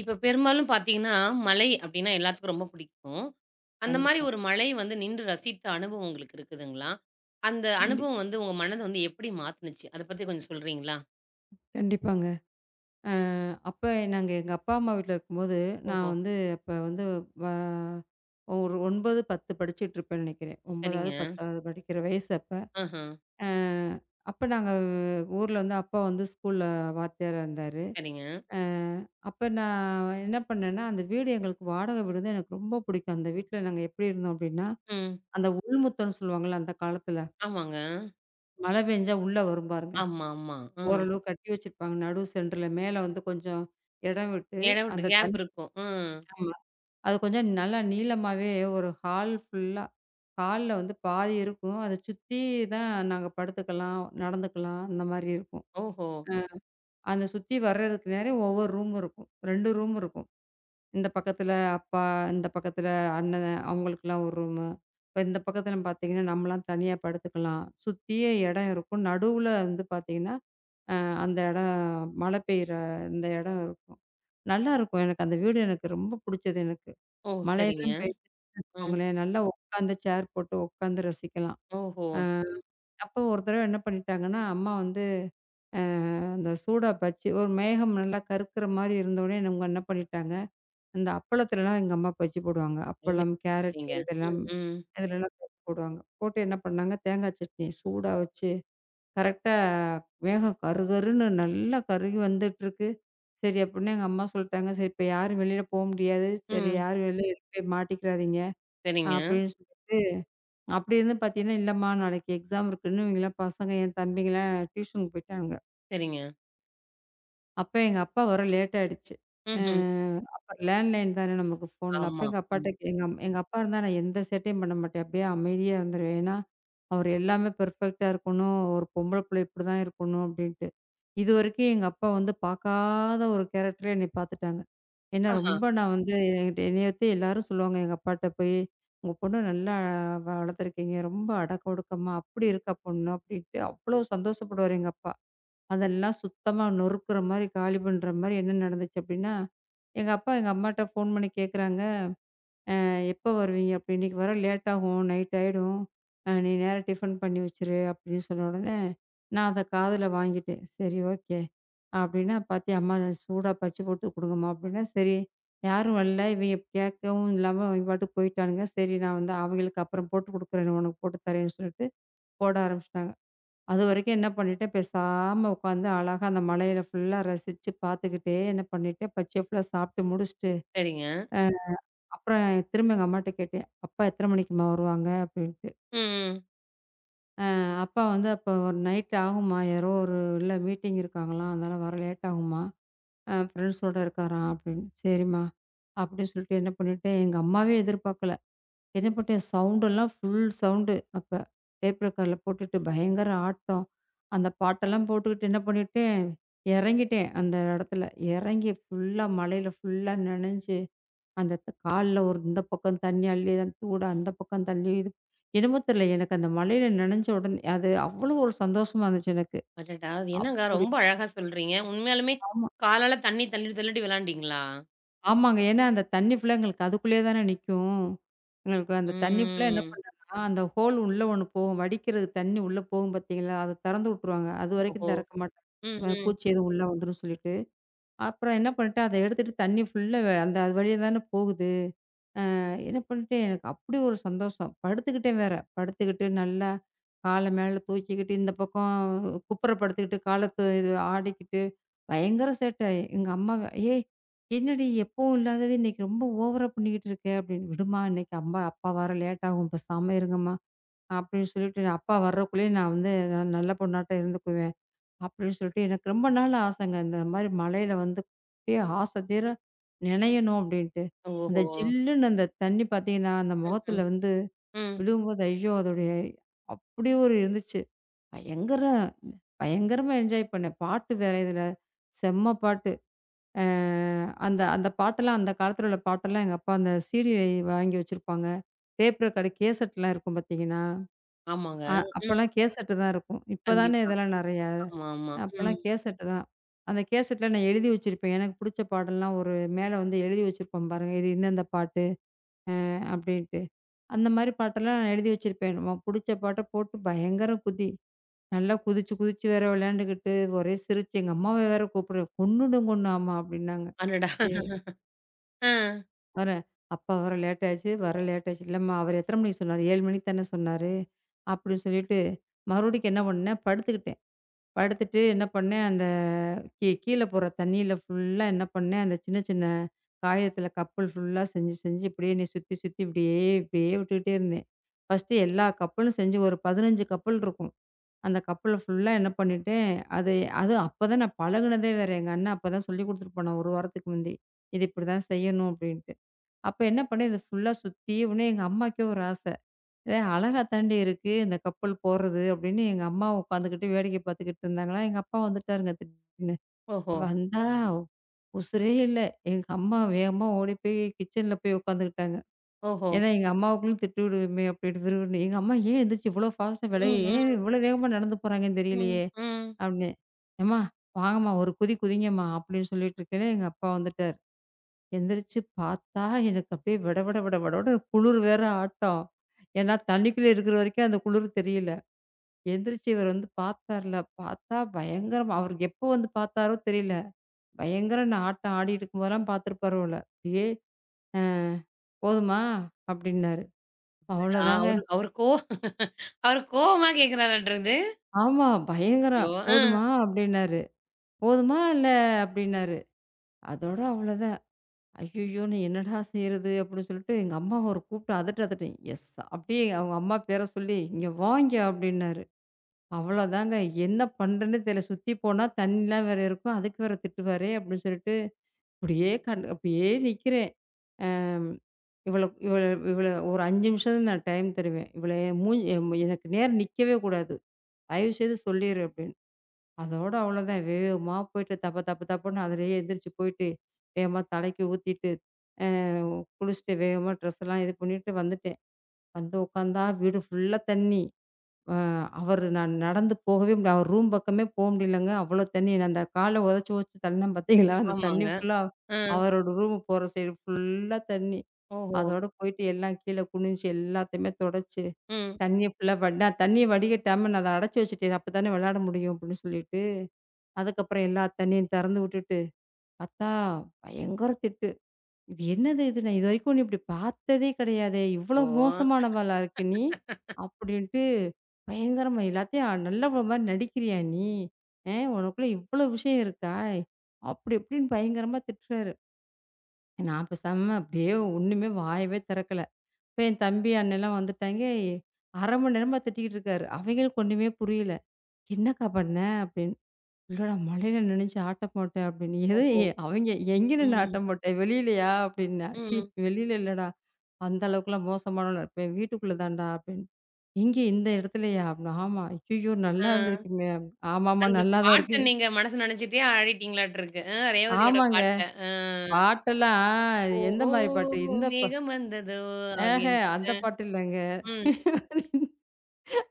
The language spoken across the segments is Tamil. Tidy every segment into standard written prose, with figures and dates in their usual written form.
இப்ப பெரும்பாலும் பார்த்தீங்கன்னா, மலை அப்டின்னா எல்லாத்துக்கும் ரொம்ப பிடிக்கும். அந்த மாரி கண்டிப்பா. ஒரு மலை வந்து நின்று ரசித்த அனுபவம் உங்களுக்கு இருக்குதுங்களா? அந்த கண்டி அனுபவம் வந்து உங்க மனத வந்து எப்படி மாத்துனுச்சு? அத பத்தி கொஞ்சம் சொல்றீங்களா? கண்டிப்பாங்க. அ அப்ப நாங்க எங்க அப்பா, அம்மா வீட்ல இருக்கும்போது, நான் ஓஹோ! வந்து அப்ப வந்து வ ஒரு 9, 10 படிச்சுட்ருப்பேன்னு நெனைக்கிறேன். 9வது, சரிங்க. 10வது படிக்கிற வயசு அப்ப. ஆஹா. அ அப்ப நாங்க ஊர்ல வந்து அப்பா வந்து ஸ்கூல்ல வாத்தியாரா இருந்தாரு. சரிங்க. அ அப்ப நான் என்ன பண்ணேன்னா, அந்த வீடு எங்களுக்கு வாடகை வீடு தான், எனக்கு ரொம்ப பிடிக்கும். அந்த வீட்ல நாங்க எப்படி இருந்தோம் அப்படின்னா, ம். அந்த உள் முத்தம்ன்னு சொல்லுவாங்கல்ல அந்த காலத்துல. ஆமாங்க. மழை பெஞ்சா உள்ள வரும் பாருங்க. ஆமா, ஆமா. ம். ஓரளவு கட்டி வச்சிருப்பாங்க. நடு சென்டர்ல மேல வந்து கொஞ்சம் இடம் விட்டு, இடம் விட்டு அந்த கேப் தண்ணி இருக்கும். ம். ஆமா. அது கொஞ்சம் நல்லா நீளமாவே ஒரு ஹால் ஃபுல்லா, ஹால்ல வந்து பாதி இருக்கும். அத சுத்தி தான் நாங்க படுத்துக்கலாம், நடந்துக்கலாம், அந்த மாரி இருக்கும். ஓஹோ! அந்த சுத்தி வர்றதுக்கு நேரா ஒவ்வொரு ரூம் இருக்கும். 2 ரூம் இருக்கும். இந்த பக்கத்துல அப்பா, இந்த பக்கத்துல அண்ணன் அவங்களுக்கெல்லாம் ஒரு ரூமு. இப்ப இந்த பக்கத்துல பார்த்தீங்கன்னா, நம்மலாம் தனியா படுத்துக்கலாம். சுத்தியே இடம் இருக்கும். நடுவுல வந்து பார்த்தீங்கன்னா அ அந்த இடம் மழை பெய்யுற இந்த இடம் இருக்கும். நல்லாருக்கும். எனக்கு அந்த வீடு எனக்கு ரொம்ப புடிச்சது எனக்கு. ஓ! சரிங்க. மழையெல்லாம் பெய்யுதுன்னு ம். வச்சுக்கோங்களேன், நல்லா உட்காந்து சேர் போட்டு உட்காந்து ரசிக்கலாம். ஓஹோ! அ அப்போ ஒரு தடவ என்ன பண்ணிட்டாங்கன்னா, அம்மா வந்து அ அந்த சூடா பஜ்ஜி, ஒரு மேகம் நல்லா கருக்குற மாரி இருந்தவுடனே இவங்க என்ன பண்ணிட்டாங்க, இந்த அப்பளத்துலலாம் எங்க அம்மா பஜ்ஜி போடுவாங்க. அருமை. அப்பளம், கேரட்டு அருமைங்க. இதெல்லாம் ம், ம். இதுலலாம் பஜ்ஜி போடுவாங்க. போட்டு என்ன பண்ணாங்க, தேங்காய் சட்னி சூடா வச்சு கரெக்ட்டா வேகம் கருகருன்னு நல்லா கருகி வந்துட்டுருக்கு. சரி அப்படின்னு எங்க அம்மா சொல்ட்டாங்க. "சரி இப்ப யாரும் வெளியில போ முடியாது. சரி ம். யாரும் வெளில எட்டு போய் மாட்டிக்கிறாதீங்க". சரிங்க, அப்படின்னு சொல்லிட்டு அப்படி இருந்தும் பார்த்தீங்கன்னா, "இல்லம்மா நாளைக்கு எக்ஸாம் இருக்குன்னு" இவங்கலாம் பசங்க என் தம்பிங்கலாம் டியூஷனுக்கு போய்ட்டானுங்க. சரிங்க. அப்ப எங்க அப்பா வர லேட் ஆயிடுச்சு. அ ம்ஹ்ம். அப்ப லேண்ட்லைன் தானே நமக்கு ஃபோன்ல. அப்ப ஆமா. எங்க அப்பாட்ட ம். கே- எங்க அம் எங்க அப்பா இருந்தா நான் எந்த சேட்டையும் பண்ண மாட்டேன். அப்படியே அமைதியா இருந்துருவேன். ஏன்னா, அவர் எல்லாமே பெர்ஃபெக்ட்டா இருக்கணும். ஒரு பொம்பள புள்ள இப்படிதான் இருக்கணும் அப்படின்ட்டு. இதுவரைக்கும் எங்க அப்பா வந்து பார்க்காத ஒரு கேரக்டரே என்னைய பார்த்துட்டாங்க. ஏன்னா ஆஹா. ரொம்ப நான் வந்து என்கிட்ட என்னைய பத்தி எல்லாரும் சொல்லுவாங்க எங்க அப்பாட்ட போய், "உங்க பொண்ணு நல்லா வளர்த்துருக்கீங்க. ரொம்ப அடக்க ஒடுக்கமா அப்படி இருக்கா பொண்ணு" அப்படின்ட்டு அவ்வளோ சந்தோஷப்படுவாரு எங்க அப்பா. அதெல்லாம் சுத்தமா நொறுக்குற மாரி, காலி பண்ற மாரி என்ன நடந்துச்சு அப்டின்னா, எங்க அப்பா எங்க அம்மாட்ட ஃபோன் பண்ணி கேட்குறாங்க, "எப்போ வருவீங்க?" அப்டி "இன்னைக்கு வர லேட் ஆகும். நைட் ஆயிடும். நீ நேரா டிஃபன் பண்ணி வச்சுரு" அப்டின்னு சொன்ன உடனே, நான் அத காதுல வாங்கிட்டேன். சரி ஓகே. அப்டின்னா பாத்தியா அம்மா, சூடா பஜ்ஜி போட்டு குடுங்கம்மா அப்டின்னா, சரி யாரும் வரல. இவைங்க கேட்கவும் இல்லாம இவங்க பாட்டுக்கு போயிட்டானுங்க. சரி நான் வந்து அவங்களுக்கு அப்புறம் போட்டு குடுக்குறேன். உனக்கு போட்டு தரேன்னு சொல்லிட்டு போட ஆரம்பிச்சுட்டாங்க. அதுவரைக்கும் என்ன பண்ணிட்டேன், பேசாம உட்காந்து அழகா அந்த மலையில ஃபுல்லா ரசிச்சு பார்த்துக்கிட்டே என்ன பண்ணிட்டேன், பச்சையா ஃபுல்லா சாப்பிட்டு முடிச்சுட்டு, சரிங்க. அப்புறம் திரும்ப எங்க அம்மாட்ட கேட்டேன், "அப்பா எத்தனை மணிக்கும்மா வருவாங்க?" அப்படின்ட்டு. ம். "அப்பா வந்து அப்போ ஒரு நைட் ஆகும்மா, யாரோ ஒரு இல்ல மீட்டிங் இருக்காங்களாம், அதனால வர லேட் ஆகும்மா, ஃப்ரெண்ட்ஸோட இருக்காராம்" அப்படின்னு. "சரிம்மா" அப்படின்னு சொல்லிட்டு என்ன பண்ணிட்டேன், எங்க அம்மாவே எதிர்பார்க்கல. என்ன பண்ணிட்டேன், சவுண்டெல்லாம் ஃபுல் சவுண்டு அப்ப. டேப் ரெக்கார்ட்ல போட்டுட்டு பயங்கர ஆட்டம். அந்த பாட்டெல்லாம் போட்டுக்கிட்டு என்ன பண்ணிட்டேன், இறங்கிட்டேன் அந்த இடத்துல. இறங்கி ஃபுல்லா மழையில ஃபுல்லா நனைஞ்சு, அந்த கால்ல ஒரு இந்த பக்கம் தண்ணி அள்ளி, அந்த தூட அந்த பக்கம் தள்ளி இது என்னமோ தெரியல, எனக்கு அந்த மழையில நனைஞ்ச உடனே அது அவ்வளோ ஒரு சந்தோஷமா இருந்துச்சு எனக்கு. அடடா! அது என்னங்க அப்படி ரொம்ப அழகா சொல்றீங்க. உண்மையாலுமே காலால தண்ணீ தள்ளி தள்ளிட்டு விளையாண்டீங்களா? ஆமாங்க. ஏன்னா, அந்த தண்ணி ஃபுல்லா எங்களுக்கு அதுக்குள்ளேயே தானே நிக்கும். எங்களுக்கு அந்த தண்ணி ஃபுல்லா என்ன ம். பண்ணேன்னா, அந்த ஹோல் உள்ள ஒண்ணு போகும். வடிக்கிறது தண்ணி உள்ள போகும் பார்த்தீங்களா? அத திறந்து விட்டுருவாங்க. அதுவரைக்கும் ஓஹோ! திறக்க மாட்டாங்க. ம், ம். பூச்சி எதுவும் உள்ள வந்துரும் சொல்லிட்டு. அப்புறம் என்ன பண்ணிட்டேன், அத எடுத்துட்டு தண்ணி ஃபுல்லா அந்த அது வழியா தானே போகுது. என்ன பண்ணிட்டேன், எனக்கு அப்படி ஒரு சந்தோஷம். படுத்துக்கிட்டேன் வேற. படுத்துக்கிட்டு நல்லா கால மேல தூக்கிக்கிட்டு, இந்த பக்கம் குப்புற படுத்துக்கிட்டு, கால து இது ஆடிக்கிட்டு பயங்கர சேட்டை. எங்க அம்மா "ஏய் என்னடி எப்பவும் இல்லாதது இன்னைக்கு ரொம்ப ஓவரா பண்ணிக்கிட்டு இருக்க" அப்படின்னு. "விடுமா இன்னைக்கு அம்மா அப்பா வர லேட் ஆகும். பேசாம இருங்கம்மா" அப்படின்னு சொல்லிட்டு, நான் அப்பா வர்றக்குள்ளேயே நான் வந்து நான் நல்ல பொண்ணாட்டம் இருந்துக்குவேன் அப்படின்னு சொல்லிட்டு எனக்கு ரொம்ப நாள் ஆசைங்க. இந்த மாதிரி மழையில வந்து அப்படியே ஆசை தீர நனையணும் அப்படின்ட்டு. அந்த ஓஹோ! ம். ஜில்லுன்னு அந்த தண்ணி பார்த்தீங்கன்னா, அந்த ம், ம், முகத்துல வந்து ம். விழும்போது ஐயோ! அதோடைய அப்படி ஒரு இருந்துச்சு. பயங்கர பயங்கரமா என்ஜாய் பண்ணேன். பாட்டு வேற இதில செம்ம பாட்டு. அ அந்த அந்த பாட்டெல்லாம் அந்த காலத்துல உள்ள பாட்டெல்லாம் எங்க அப்பா அந்த சீடி வாங்கி வச்சிருப்பாங்க. டேப் ரெக்கார்டு கேசெட்லாம் இருக்கும் பார்த்தீங்கன்னா, ஆமாங்க. ம். அப்போலாம் கேசெட்டு தான் இருக்கும். இப்ப தானே கண்டிப்பா. இதெல்லாம் நெறையா. ஆமா, ஆமா. ம். அப்போலாம் கேசெட்டு தான். அந்த கேசெட்ல நான் எழுதி வச்சிருப்பேன். எனக்கு புடிச்ச பாடல்லாம் ஒரு மேல வந்து எழுதி வச்சிருப்போம் பாருங்க. இது இந்தந்த பாட்டு அப்டின்ட்டு. அந்த மாரி பாட்டெல்லாம் நான் எழுதி வச்சிருப்பேன். நம்ம புடிச்ச பாட்ட போட்டு பயங்கர குதி. நல்லா குதிச்சு குதிச்சு வேற விளையாண்டுக்கிட்டு, ஒரே சிரிச்சு எங்க அம்மாவ வேற கூப்பிடுவேன். "கொன்னுடும் கொன்னு ஆமா" அப்டின்னாங்க. அடடா! சரி. ஆ. வரேன். "அப்பா வர லேட் ஆச்சு, வர லேட் ஆச்சு". இல்லம்மா அவர் எத்தன மணிக்கு சொன்னாரு? 7 மணிக்கு தானே சொன்னாரு. அப்படின்னு சொல்லிட்டு மறுபடிக்கும் என்ன பண்ணேன், படுத்துக்கிட்டேன். படுத்துட்டு என்ன பண்ணேன், அந்த கீழ போற தண்ணீல ஃபுல்லா என்ன பண்ணேன், அந்த சின்ன சின்ன காயத்துல கப்பல் ஃபுல்லா செஞ்சு செஞ்சு இப்படியே என்னைய சுத்தி சுத்தி இப்படியே இப்படியே விட்டுக்கிட்டே இருந்தேன். ஃபர்ஸ்ட்டு எல்லா கப்பலும் செஞ்சு ஒரு 15 கப்பல் இருக்கும். அந்த கப்பல ஃபுல்லா என்ன பண்ணிட்டேன், அது அது அப்பதான் நான் பழகுனதே வேற. எங்க அண்ணன் அப்பதான் சொல்லிக் குடுத்துட்டு போனான் 1 வாரத்துக்கு முந்தி. "இது இப்படிதான் செய்யணும்" அப்படின்ட்டு. அப்ப என்ன பண்ணேன், இத ஃபுல்லா சுத்தி உடனே எங்க அம்மாக்கே ஒரு ஆசை. "ஏ அழகா தாண்டி இருக்கு, இந்த கப்பல் போறது" அப்படின்னு எங்க அம்மா உட்காந்துக்கிட்டு வேடிக்கை பார்த்துக்கிட்டு இருந்தாங்களா, எங்க அப்பா வந்துட்டாருங்க திடீர்னு. ஓஹோ! வந்தா உசுரே இல்ல. எங்க அம்மா வேகமா ஓடி போய் கிச்சன்ல போய் உட்காந்துக்கிட்டாங்க. ஓஹோ! ஏன்னா எங்க அம்மாவுக்குள்ளும் திட்டு விடுமே அப்படின்னு விறுவிறுன்னு. எங்க அம்மா "ஏன் எந்திரிச்சு இவ்வளோ ஃபாஸ்ட்டா விளைய, ம், ம், ஏன் இவ்வளோ வேகமா நடந்து போறாங்கன்னு ம், தெரியலையே" ம். அப்படின்னு. "ஏம்மா வாங்கம்மா ஒரு குதி குதிங்கம்மா" அப்படின்னு சொல்லிட்டு இருக்கையில எங்க அப்பா வந்துட்டாரு. எந்திரிச்சு பார்த்தா, எனக்கு அப்படியே விட விட விட விடன்னு குளிர் வேற ஆட்டம். ஏன்னா, தண்ணிக்குள்ள இருக்கிற வரைக்கும் அந்த குளிர் தெரியல. எந்திரிச்சு இவர் வந்து பார்த்தார்ல, பார்த்தா பயங்கரமா, அவர் எப்போ வந்து பார்த்தாரோ தெரியல. பயங்கர நான் ஆட்டம் ஆடிட்டு இருக்கும்போதெல்லாம் பார்த்துருப்பாரு போல. அப்படியே "அ "போதுமா?" அப்படின்னாரு. ஆ அவ்வளோதாங்க. அவரு அவரு கோ அவரு கோவமா கேட்கிறாராட்டுருக்குது. ஆமா பயங்கரம். ஐயோ! ஆ. "போதுமா?" அப்படின்னாரு. "போதுமா? இல்ல" அப்படின்னாரு. அதோட அவ்வளோதான். ஐயய்யோ! நான் என்னடா செய்றது? அப்படின்னு சொல்லிட்டு எங்க அம்மாவ ஒரு கூப்பிட்டு அதட்டு, அதட்டேன். அப்படியே அவங்க அம்மா பேர சொல்லி, "இங்க வாங்க" அப்படின்னாரு. அவ்வளோதாங்க. என்ன பண்றேன்னு தெரியல. சுத்தி போனா தண்ணிலாம் வேற இருக்கும். அதுக்கு வேற திட்டுவாரே அப்படின்னு சொல்லிட்டு, அப்படியே அப்படியே நிக்கிறேன். அம் இவள இவள இவள ஒரு 5 நிமிஷம் தான் நான் டைம் தருவேன். இவள என் மூஞ் என் எனக்கு நேர நிக்கவே கூடாது. தயவு செய்து சொல்லிரு அப்படின்னு. அதோட அவ்வளோதான். வேகமா போயிட்டு தப தப தபன்னு அதிலேயே எந்திரிச்சு போயிட்டு, வேகமா தலைக்கு ஊத்திட்டு குளிச்சுட்டு வேகமா ட்ரெஸ்லாம் இது பண்ணிட்டு வந்துட்டேன். வந்து உட்காந்தா வீடு ஃபுல்லா தண்ணி. அ அவரு, நான் நடந்து போகவே முடியல. அவர் ரூம் பக்கமே போ முடியலங்க. அவ்வளோ தண்ணி. நான் அந்த கால உதைச்சு உதைச்சு தள்ளினேன் பார்த்தீங்களா? அந்த தண்ணி ஆமாங்க. ஃபுல்லா ஆ. அவரோட ரூம் போற சைடு ஃபுல்லா தண்ணி. ஓஹோ! அதோட போயிட்டு எல்லாம் கீழ குனிஞ்சு எல்லாத்தையுமே தொடச்சு, ம். தண்ணிய ஃபுல்லா வடி நான் தண்ணிய வடிகட்டாம நான் அத அடைச்சு வச்சுட்டேன். அப்பதானே விளையாட முடியும் அப்படின்னு சொல்லிட்டு, அதுக்கப்புறம் எல்லா தண்ணியும் திறந்து விட்டுட்டு, பார்த்தா பயங்கர திட்டு. இது என்னது இது? நான் இதுவரைக்கும் உன்ன இப்படி பார்த்ததே கிடையாதே! இவ்வளோ ஓ! மோசமானவளா இருக்க நீ? அப்படின்ட்டு பயங்கரமா எல்லாத்தையும் நல்லவ மாரி நடிக்கிறியா நீ? உனக்குள்ள இவ்வளோ விஷயம் இருக்கா? அப்படி இப்படின்னு பயங்கரமா திட்டுறாரு. நான் பேசாம அப்படியே ஒண்ணுமே வாயவே திறக்கல. இப்ப என் தம்பி, அண்ணன்லாம் வந்துட்டாங்க. 1/2 மணி நேரமா திட்டிக்கிட்டு இருக்காரு. அவைங்களுக்கு ஒண்ணுமே புரியல. "என்னக்கா பண்ண?" அப்படின்னு, இல்லடா மழையில நனைஞ்சு ஆட்டம் போட்டேன் அப்படின்னு. ஓஹோ! அவங்க எங்க நின்னு ம், ஆட்டம் போட்ட? வெளியிலயா? அப்படின்னேன். ச்சீ! ம். வெளியில இல்லடா. அந்த அளவுக்குலாம் மோசமானவளா இருப்பேன். வீட்டுக்குள்ள தான்டா அப்படின்னு. எங்கே இந்த இடத்துலயா? அப்படின்னா, ஆமா. ஐயய்யோ! நல்லா ஆ. இருந்திருக்குமே. ஆமாமா அந்த நல்லா தான் இருக்கு. பாட்ட நீங்க மனசுல நெனச்சுட்டே ஆடிட்டீங்களாட்ருக்கு. ரேவதியோட ஆமாங்க. பாட்ட. அ பாட்டெல்லாம் எந்த ஓஹோ! மாரி பாட்டு? இந்த பா மேகம் வந்ததோ! ஏஹ அப்டின்ட்டு. அந்த பாட்டு இல்லங்க. ம்.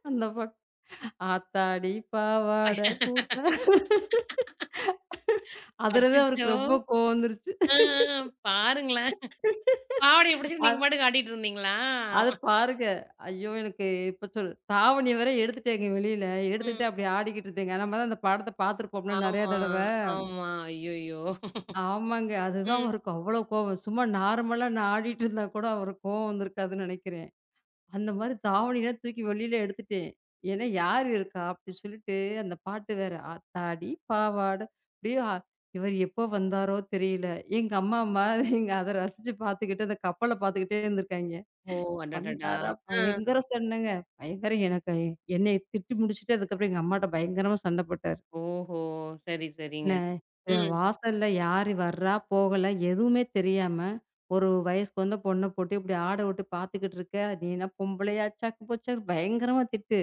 அந்த பாட்டு. ஆத்தாடி பாவாட கூத்தா, அதுல தான் அச்சச்சோ! அவருக்கு ரொம்ப கோவம் வந்துருச்சு. அ அ பாருங்களேன். பாவாடைய பிடிச்சுட்டு நீங்க அ பாட்டுக்கு ஆடிட்டு இருந்தீங்களா? அத பாருங்க. ஐயோ! எனக்கு இப்ப சொல் தாவணிய வேற எடுத்துட்டேங்க வெளியில. ம். எடுத்துக்கிட்டு அப்படி ஆடிக்கிட்டு இருந்தேங்க. நம்ம தான் அந்த படத்த பார்த்துருப்போம்ல நெறைய ஆமா, தடவ. ஆமா. ஐய்யய்யோ! ஆமாங்க. அதுதான் ம். அவருக்கு அவ்வளோ கோவம். சும்மா நார்மலா நான் ஆடிட்டு இருந்தா கூட அவருக்கு கோவம் வந்திருக்காதுன்னு நெனைக்கிறேன். அந்த மாரி தாவணியெல்லாம் தூக்கி வெளியில எடுத்துட்டேன். ஏன்னா, யார் இருக்கா? அப்படி சொல்லிட்டு அந்த பாட்டு வேற. "ஆத்தாடி பாவாட" அப்படியே இவர் எப்போ வந்தாரோ தெரியல. எங்க அம்மா, அம்மா எங்க அத ரசிச்சு பார்த்துக்கிட்டு அந்த கப்பல பார்த்துக்கிட்டே இருந்திருக்காய்ங்க. ஓ! அடடடா! வந்தாரா, அ. பயங்கர சண்டங்க. பயங்கர எனக்கு என்னைய திட்டி முடிச்சுட்டு, அதுக்கப்புறம் எங்க அம்மாட்ட பயங்கரமா சண்ட போட்டாரு. ஓஹோ! சரி, சரிங்க. என்ன அ ம். வாசல்ல யாரு வர்றா, போகல எதுவுமே தெரியாம, ஒரு வயசுக்கு வந்த பொண்ண போட்டு இப்படி ஆட விட்டு பார்த்துக்கிட்டு இருக்க, நீ என்ன பொம்பளையாச்சாக்கு போச்சாக்கு பயங்கரமா திட்டு.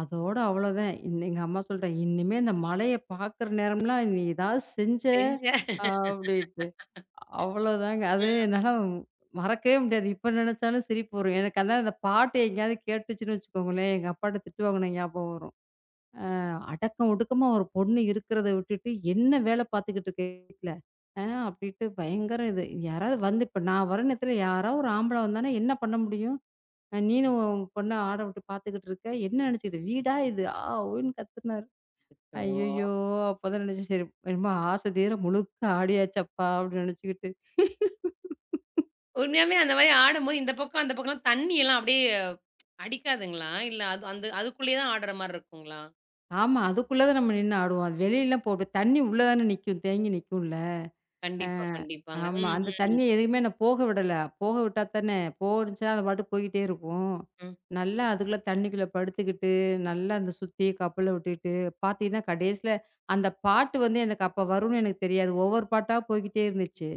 அதோட அவ்வளோதான். இன்ன எங்க அம்மா சொல்றா, "இனிமே இந்த மழைய பார்க்குற நேரம்லாம் நீ ஏதாவது செஞ்ச" செஞ்ச. அப்படின்ட்டு. அவ்வளோதாங்க. அது என்னால மறக்கவே முடியாது. இப்ப நெனச்சாலும் சிரிப்பு வரும். எனக்கு அதான் அந்த பாட்டு எங்கேயாவது கேட்டுச்சுன்னு வச்சுக்கோங்களேன், எங்க அப்பாட்ட திட்டு வாங்குன ஞாபகம் வரும். அ அடக்கம் ஒடுக்கமா ஒரு பொண்ணு இருக்கிறத விட்டுட்டு, என்ன வேல பார்த்துக்கிட்டு இருக்க வீட்ல? ஆ அப்டின்ட்டு பயங்கர இது. யாராவது வந்து இப்ப நான் வர நேரத்துல யாராவது ஒரு ஆம்பள வந்தானா என்ன பண்ண முடியும்? நீனு உன் பொண்ண ஆட விட்டு பார்த்துக்கிட்டு இருக்க. என்ன நெனச்சுக்கிட்டு வீடா இது? ஊன்னு கத்துனாரு. அச்சோ! ஐயய்யோ! அப்பதான் நெனச்சேன் சரி, என்னமோ ஆசை தீர முழுக்க ஆடியாச்சப்பா! அப்டின்னு நெனச்சுக்கிட்டு. உண்மையாவே அந்த மாரி ஆடும்போது இந்த பக்கம், அந்த பக்கம்லாம் தண்ணி எல்லாம் அப்டியே அடிக்காதுங்களா? இல்ல அது அந்த அதுக்குள்ளயே தான் ஆடுற மாரி இருக்குங்களா? ஆமா. அதுக்குள்ள தான் நம்ம நின்னு ஆடுவோம். அது வெளியலாம் போட்டு தண்ணி உள்ள தானே நிக்கும். தேங்கி நிக்கும்ல. ஆ, கண்டிப்பா, கண்டிப்பாங்க. ஆமா. ம், அந்த ம், தண்ணி எதுக்குமே நான் போக விடல. போக விட்டா தானே, போனுச்சுன்னா அது பாட்டுக்கு போய்க்கிட்டே இருக்கும். ம். நல்லா அதுக்குள்ள தண்ணிக்குள்ள படுத்துக்கிட்டு, நல்லா அந்த சுத்தி கப்பல விட்டுட்டு, பார்த்தீங்கன்னா கடைசியில அந்த பாட்டு வந்து எனக்கு அப்ப வரும்னு எனக்கு தெரியாது. ஒவ்வொரு பாட்டா போய்க்கிட்டே இருந்துச்சு.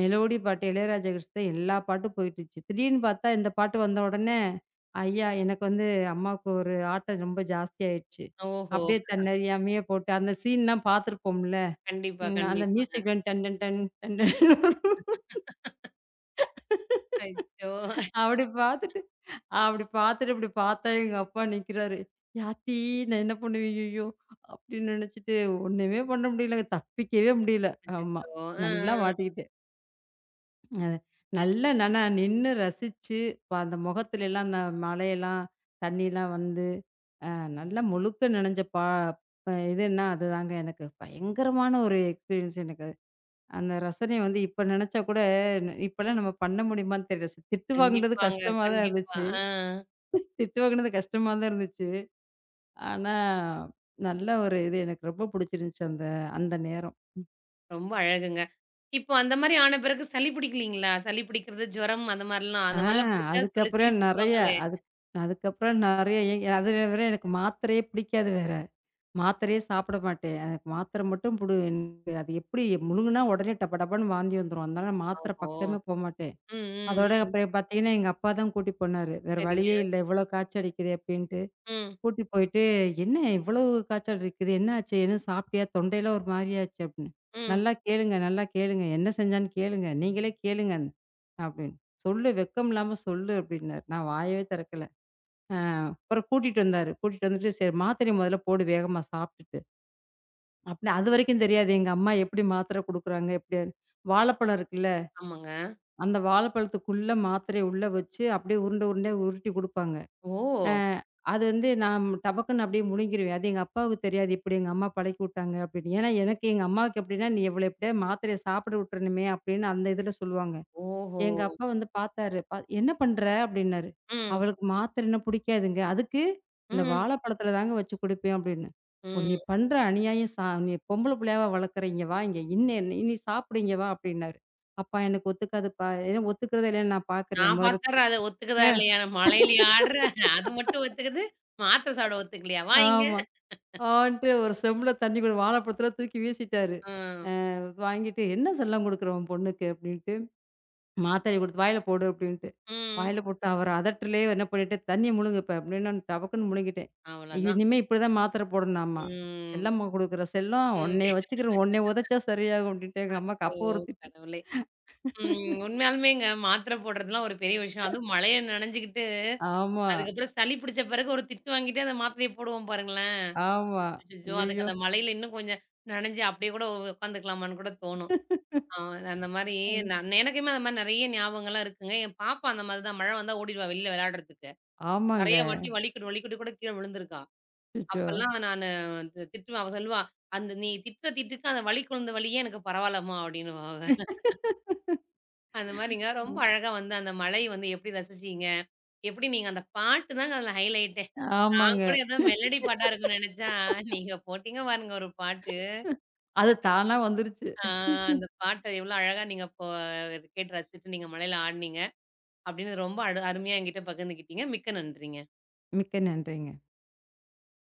மெலோடி பாட்டு இளையராஜா கிருஷ்ணன் தான் எல்லா பாட்டும் போயிட்டுச்சு. திடீர்னு பார்த்தா இந்த பாட்டு வந்த உடனே, ஐயா! எனக்கு வந்து அம்மாவுக்கு ஒரு ஆட்டம் ரொம்ப ஜாஸ்தியாயிடுச்சு. ஓஹோ! அப்படியே தன்னறியாமையே போட்டு அந்த சீன்லாம் பார்த்துருப்போம்ல. கண்டிப்பா, ம். அந்த கண்டிப்பாங்க. மியூசிக் டன் டன் டன் டன் டன் டன், அச்சோ! அப்படி பார்த்துட்டு அப்படி பார்த்துட்டு இப்படி பார்த்தா எங்க அப்பா நிக்கிறாரு. "யாத்தி நான் என்ன பண்ணுவேன் ஐயய்யோ!" அப்படின்னு நினைச்சுட்டு ஒண்ணுமே பண்ண முடியலங்க. தப்பிக்கவே முடியல. ஆமா. அச்சச்சோ! அ, நல்லா அ. மாட்டிக்கிட்டேன். அது நல்லா நானா நின்னு ரசிச்சு, அந்த முகத்துலலாம் அந்த மழையெல்லாம், தண்ணிலாம் வந்து, அ நல்லா முழுக்க நனைஞ்ச பா அ இதுன்னா அதுதாங்க எனக்கு பயங்கரமான ஒரு எக்ஸ்பீரியன்ஸ் எனக்கு. அந்த ரசனை வந்து இப்ப நினைச்சா கூட, இப்பலாம் நம்ம பண்ண முடியுமான்னு தெரியல. திட்டு வாங்குனது கண்டிப்பாங்க, கஷ்டமா தான் கண்டிப்பா. இருந்துச்சு. ஆ. திட்டு வாங்குனது கஷ்டமா தான் இருந்துச்சு. ஆனா, நல்ல ஒரு இது எனக்கு ரொம்ப புடிச்சிருந்துச்சு அந்த அந்த நேரம். ரொம்ப அழகுங்க. இப்போ அந்த மாரி ஆன பிறகு சளி பிடிக்கலீங்களா? சளி பிடிக்கிறது, ஜுரம் அந்த மாரிலாம் ஆ அந்த மாரிலாம் பிடிச்சா சொல்லி சொல்லி அதுக்கப்புறம் நெறைய திட்டுவாங்களே! அதுக் அதுக்கப்புறம் நெறைய அது வேற, எனக்கு மாத்திரையே பிடிக்காது வேற. மாத்திரையே சாப்பிட மாட்டேன். எனக்கு மாத்திரை மட்டும் அது எப்படி முழுங்குனா உடனே டப டபன்னு வாந்தி வந்துரும். அதனால நான் மாத்திரை ஓஹோ! பக்கமே போமாட்டேன். ம், ம், அதோட ம். அப்புறம் பார்த்தீங்கன்னா, எங்க அப்பா தான் கூட்டி போனாரு. வேற சரிங்க. வழியே இல்ல. இவ்வளோ காய்ச்சல் அடிக்குதே அப்டின்ட்டு. ம், கூட்டி போயிட்டு, "என்ன இவ்வளவு காய்ச்சல் அடிக்குது? என்ன ஆச்சு? எதுவும் சாப்பிட்டியா? தொண்டையெல்லாம் ஒரு மாரியாச்சு" அப்டின்னு. ம். "நல்லா கேளுங்க, நல்லா கேளுங்க. என்ன செஞ்சான்னு கேளுங்க. நீங்களே கேளுங்க" அப்டின்னு. "சொல்லு வெட்கம் இல்லாம சொல்லு" அப்டின்னாரு. நான் வாயவே திறக்கல. அ அப்புறம் கூட்டிட்டு வந்தாரு. கூட்டிட்டு வந்துட்டு, "சரி மாத்திரைய மொதல்ல போடு வேகமா சாப்ட்டுட்டு" அப்டின்னு. அதுவரைக்கும் தெரியாது எங்க அம்மா எப்டி மாத்திரை குடுக்குறாங்க? எப்டி வாழைப்பழம் இருக்குல்ல? ஆமாங்க. அந்த வாழைப்பழத்துக்குள்ள மாத்திரைய உள்ள வச்சு, அப்படியே உருண்ட உருண்டையா உருட்டி குடுப்பாங்க. அ ஓ! அது வந்து நான் டபக்குன்னு அப்படியே முழுங்கிருவேன். அது எங்க அப்பாவுக்கு தெரியாது. இப்படி எங்க அம்மா பழக்கி விட்டாங்க அப்படின்னு. ஏன்னா, எனக்கு எங்க அம்மாவுக்கு எப்படின்னா, "நீ இவள எப்படியாவது மாத்திரைய சாப்பிட விட்டுறணுமே" அப்படின்னு அந்த இதுல சொல்லுவாங்க. ஓஹோ! எங்க அப்பா வந்து பார்த்தாரு. "என்ன பண்ற?" அப்படின்னாரு. ம், "அவளுக்கு மாத்திரைன்னா புடிக்காதுங்க. அதுக்கு இந்த ம், வாழைப்பழத்தில தாங்க வச்சு குடுப்பேன்" அப்படின்னு. "ஓ! நீ ம். பண்ற அநியாயம், நீ பொம்பள புள்ளையாவா வளர்க்குற? இங்க வா, இங்க இன்ன நீ சாப்பிடு, இங்க வா" அப்படின்னாரு. "அப்பா எனக்கு ஒத்துக்காதுப்பா. ஏன்னா ஒத்துக்கிறதா இல்லையான்னு நான் பார்க்குறேன் நான் முதல்ல". பாத்துடுறேன் அது ஒத்துக்குதா அ இல்லையான்னு. மழையிலயும் ஆடுறேன். அது மட்டும் ஒத்துக்குது. மாத்திரை சாப்பிட ஒத்துக்கலையா? வா இங்க. ஆமா. ஆன்ட்டு ஒரு செம்புல தண்ணி கூட வாழைப்பழத்தலாம் தூக்கி வீசிட்டாரு. ஆ. வாங்கிட்டு "என்ன செல்லம் குடுக்குற உன் பொண்ணுக்கு?" அப்படின்ட்டு. மாத்திரைய குடுத்து, "வாயில போடு" அப்படின்ட்டு. ம். வாயில போட்டு அவர அதட்டலயே என்ன பண்ணிட்டேன், "தண்ணிய முழுங்கு இப்ப" அப்படின்னு நான் டபக்குன்னு முழுங்கிட்டேன். ஐயோ! அவ்வளதான். இனிமே இப்படிதான் மாத்திர போடணும்னாமா. ம். செல்லம்மா குடுக்குற செல்லம், ம். உன்னைய வச்சுக்கிறேன், உன்னைய உதைச்சா சரியாகும் அப்படின்ட்டு எங்க அம்மாக்கு அப்ப ஐயோ! ஒரு திட்டு. கடவுளே! ம். உண்மையாலுமேங்க மாத்திரை போடுறதுலாம் ஒரு பெரிய விஷயம். அதுவும் மழைய நனைஞ்சுக்கிட்டு, ஆமா, அதுக்கப்புறம் சளி பிடிச்ச பிறகு ஒரு திட்டு வாங்கிட்டே அந்த மாத்திரைய போடுவோம் பாருங்களேன். ஆமா. அச்சச்சோ! அதுக்கு ஐயய்யோ! அந்த மழையில இன்னும் கொஞ்சம் நனைஞ்சு அப்படியே கூட உட்காந்துக்கலாமான்னு கூட தோணும். ஆ அந்த மாரி அது நான் எனக்குமே அந்த மாரி நெறைய ஞாபகங்கள்லாம் இருக்குங்க. என் பாப்பா அந்த மாரி தான் மழை வந்தா ஓடிடுவா வெளில விளையாடுறதுக்கு. நெறைய ஆமாங்க. வாட்டி வலிக்குட்டு, வலிக்குட்டு கூட கீழ விழுந்திருக்கான். அச்சச்சோ! அப்பல்லாம் நானு திட்டுவேன். அவ சொல்லுவா, "அந்த நீ திட்டுற திட்டுக்கு அந்த வலிக்கு விழுந்த வலியே எனக்கு பரவால்லம்மா" அப்படின்னுவா அவ. அந்த மாரிங்க ரொம்ப அழகா வந்து அந்த மலை வந்து எப்படி ரசிச்சீங்க? எப்படி நீங்க அந்த பாட்டு தாங்க அதில ஹைலைட்டே. ஆமாங்க. நான் கூட ஏதோ மெலடி பாட்டா இருக்கும்னு நெனச்சா, நீங்க போட்டீங்க பாருங்க ஒரு பாட்டு. அது தானா வந்துருச்சு. ஆ அந்த பாட்ட எவ்வளோ அழகா நீங்க இப்போ கேட்டு ரசிச்சுட்டு நீங்க மலையில ஆடுனீங்க அப்படின்னு ரொம்ப அருமையா என்கிட்ட பகிர்ந்துக்கிட்டீங்க. மிக்க நன்றிங்க. மிக்க நன்றிங்க.